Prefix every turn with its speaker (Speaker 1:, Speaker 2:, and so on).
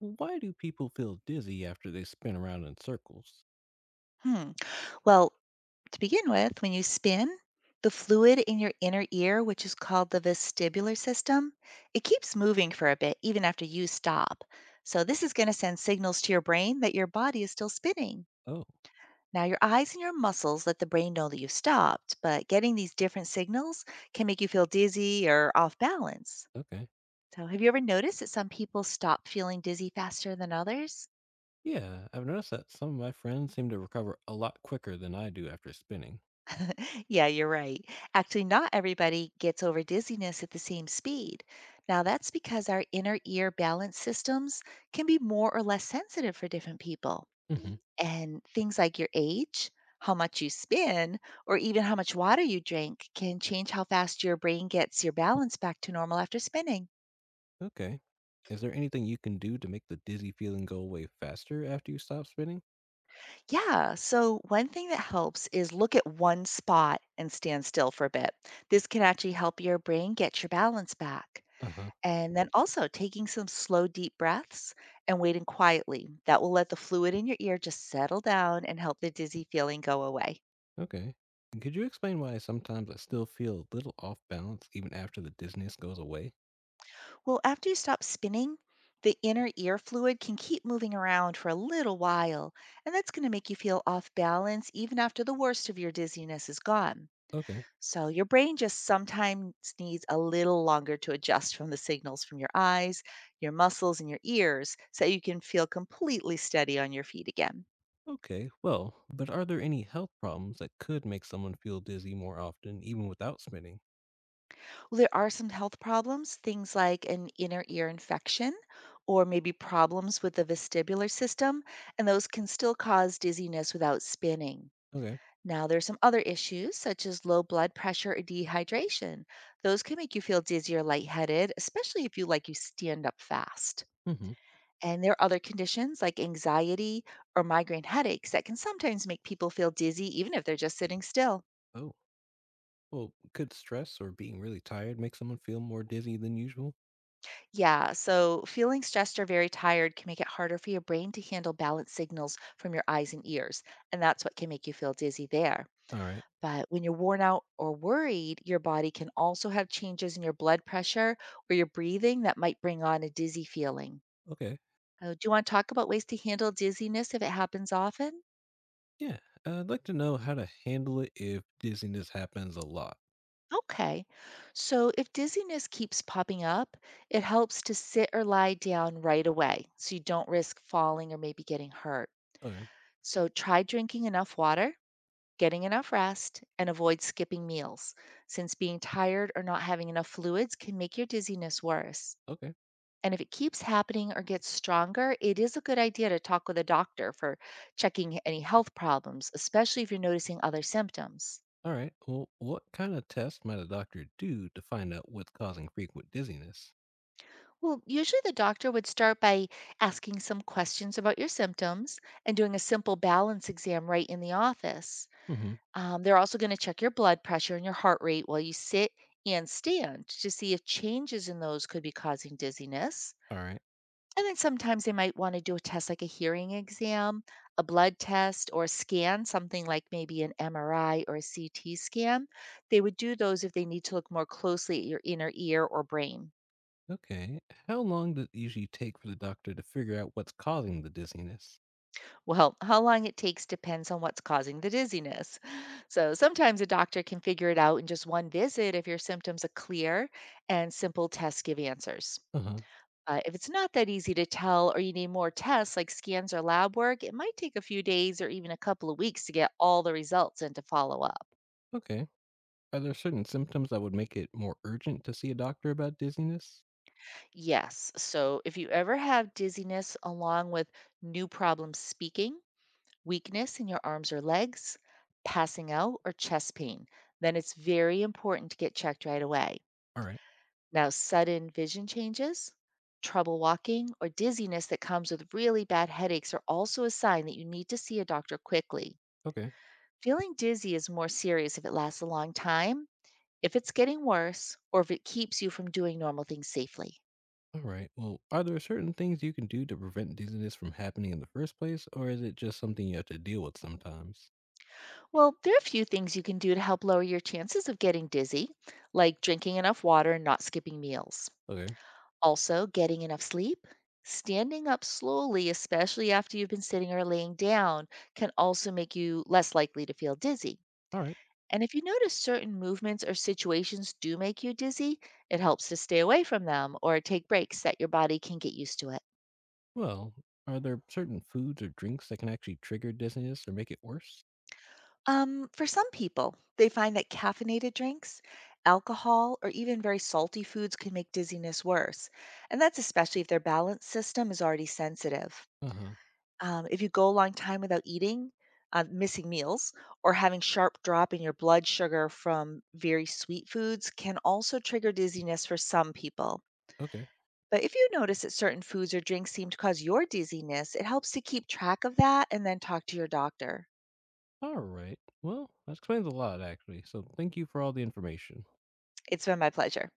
Speaker 1: Why do people feel dizzy after they spin around in circles?
Speaker 2: Hmm. Well, to begin with, when you spin, the fluid in your inner ear, which is called the vestibular system, it keeps moving for a bit even after you stop. So this is going to send signals to your brain that your body is still spinning.
Speaker 1: Oh,
Speaker 2: Now, your eyes and your muscles let the brain know that you've stopped, but getting these different signals can make you feel dizzy or off balance.
Speaker 1: okay.
Speaker 2: So, have you ever noticed that some people stop feeling dizzy faster than others?
Speaker 1: Yeah, I've noticed that some of my friends seem to recover a lot quicker than I do after spinning.
Speaker 2: Yeah, you're right. Actually, not everybody gets over dizziness at the same speed. Now, that's because our inner ear balance systems can be more or less sensitive for different people.
Speaker 1: Hmm.
Speaker 2: And things like your age, how much you spin, or even how much water you drink can change how fast your brain gets your balance back to normal after spinning.
Speaker 1: Okay. Is there anything you can do to make the dizzy feeling go away faster after you stop spinning?
Speaker 2: Yeah, so one thing that helps is look at one spot and stand still for a bit. This can actually help your brain get your balance back.
Speaker 1: Uh huh.
Speaker 2: And then also taking some slow, deep breaths and waiting quietly. That will let the fluid in your ear just settle down and help the dizzy feeling go away.
Speaker 1: Okay. And could you explain why sometimes I still feel a little off balance even after the dizziness goes away?
Speaker 2: Well, after you stop spinning, the inner ear fluid can keep moving around for a little while, and that's going to make you feel off balance even after the worst of your dizziness is gone.
Speaker 1: Okay.
Speaker 2: So, your brain just sometimes needs a little longer to adjust from the signals from your eyes, your muscles, and your ears so you can feel completely steady on your feet again.
Speaker 1: Okay, well, but are there any health problems that could make someone feel dizzy more often even without spinning?
Speaker 2: Well, there are some health problems, things like an inner ear infection or maybe problems with the vestibular system, and those can still cause dizziness without spinning.
Speaker 1: Okay.
Speaker 2: Now, there's some other issues such as low blood pressure or dehydration. Those can make you feel dizzy or lightheaded, especially if you like you stand up fast.
Speaker 1: Hmm.
Speaker 2: And there are other conditions like anxiety or migraine headaches that can sometimes make people feel dizzy even if they're just sitting still.
Speaker 1: Oh. Well, could stress or being really tired make someone feel more dizzy than usual?
Speaker 2: Yeah, so feeling stressed or very tired can make it harder for your brain to handle balance signals from your eyes and ears, and that's what can make you feel dizzy there.
Speaker 1: All right.
Speaker 2: But when you're worn out or worried, your body can also have changes in your blood pressure or your breathing that might bring on a dizzy feeling.
Speaker 1: Okay.
Speaker 2: Oh, do you want to talk about ways to handle dizziness if it happens often?
Speaker 1: Yeah. I'd like to know how to handle it if dizziness happens a lot.
Speaker 2: Okay. So, if dizziness keeps popping up, it helps to sit or lie down right away so you don't risk falling or maybe getting hurt.
Speaker 1: Okay.
Speaker 2: So try drinking enough water, getting enough rest, and avoid skipping meals, since being tired or not having enough fluids can make your dizziness worse.
Speaker 1: Okay.
Speaker 2: And if it keeps happening or gets stronger, it is a good idea to talk with a doctor for checking any health problems, especially if you're noticing other symptoms.
Speaker 1: All right. Well, what kind of test might a doctor do to find out what's causing frequent dizziness?
Speaker 2: Well, usually the doctor would start by asking some questions about your symptoms and doing a simple balance exam right in the office.
Speaker 1: Mm-hmm.
Speaker 2: They're also going to check your blood pressure and your heart rate while you sit and stand to see if changes in those could be causing dizziness.
Speaker 1: All right.
Speaker 2: And then sometimes they might want to do a test like a hearing exam, a blood test, or a scan, something like maybe an MRI or a CT scan. They would do those if they need to look more closely at your inner ear or brain.
Speaker 1: Okay. How long does it usually take for the doctor to figure out what's causing the dizziness?
Speaker 2: Well, how long it takes depends on what's causing the dizziness. So sometimes a doctor can figure it out in just one visit if your symptoms are clear and simple tests give answers.
Speaker 1: Uh huh.
Speaker 2: If it's not that easy to tell or you need more tests like scans or lab work, it might take a few days or even a couple of weeks to get all the results and to follow up.
Speaker 1: Okay. Are there certain symptoms that would make it more urgent to see a doctor about dizziness?
Speaker 2: Yes, so if you ever have dizziness along with new problems speaking, weakness in your arms or legs, passing out, or chest pain, then it's very important to get checked right away.
Speaker 1: All right.
Speaker 2: Now, sudden vision changes, trouble walking, or dizziness that comes with really bad headaches are also a sign that you need to see a doctor quickly.
Speaker 1: Okay.
Speaker 2: Feeling dizzy is more serious if it lasts a long time, if it's getting worse, or if it keeps you from doing normal things safely.
Speaker 1: All right. Well, are there certain things you can do to prevent dizziness from happening in the first place, or is it just something you have to deal with sometimes?
Speaker 2: Well, there are a few things you can do to help lower your chances of getting dizzy, like drinking enough water and not skipping meals.
Speaker 1: Okay.
Speaker 2: Also, getting enough sleep, standing up slowly, especially after you've been sitting or laying down, can also make you less likely to feel dizzy.
Speaker 1: All right.
Speaker 2: And if you notice certain movements or situations do make you dizzy, it helps to stay away from them or take breaks that your body can get used to it.
Speaker 1: Well, are there certain foods or drinks that can actually trigger dizziness or make it worse?
Speaker 2: For some people, they find that caffeinated drinks, alcohol, or even very salty foods can make dizziness worse. And that's especially if their balance system is already sensitive.
Speaker 1: Uh huh.
Speaker 2: If you go a long time without eating, missing meals, or having sharp drop in your blood sugar from very sweet foods can also trigger dizziness for some people.
Speaker 1: Okay.
Speaker 2: But if you notice that certain foods or drinks seem to cause your dizziness, it helps to keep track of that and then talk to your doctor.
Speaker 1: All right. Well, that explains a lot, actually. So thank you for all the information.
Speaker 2: It's been my pleasure.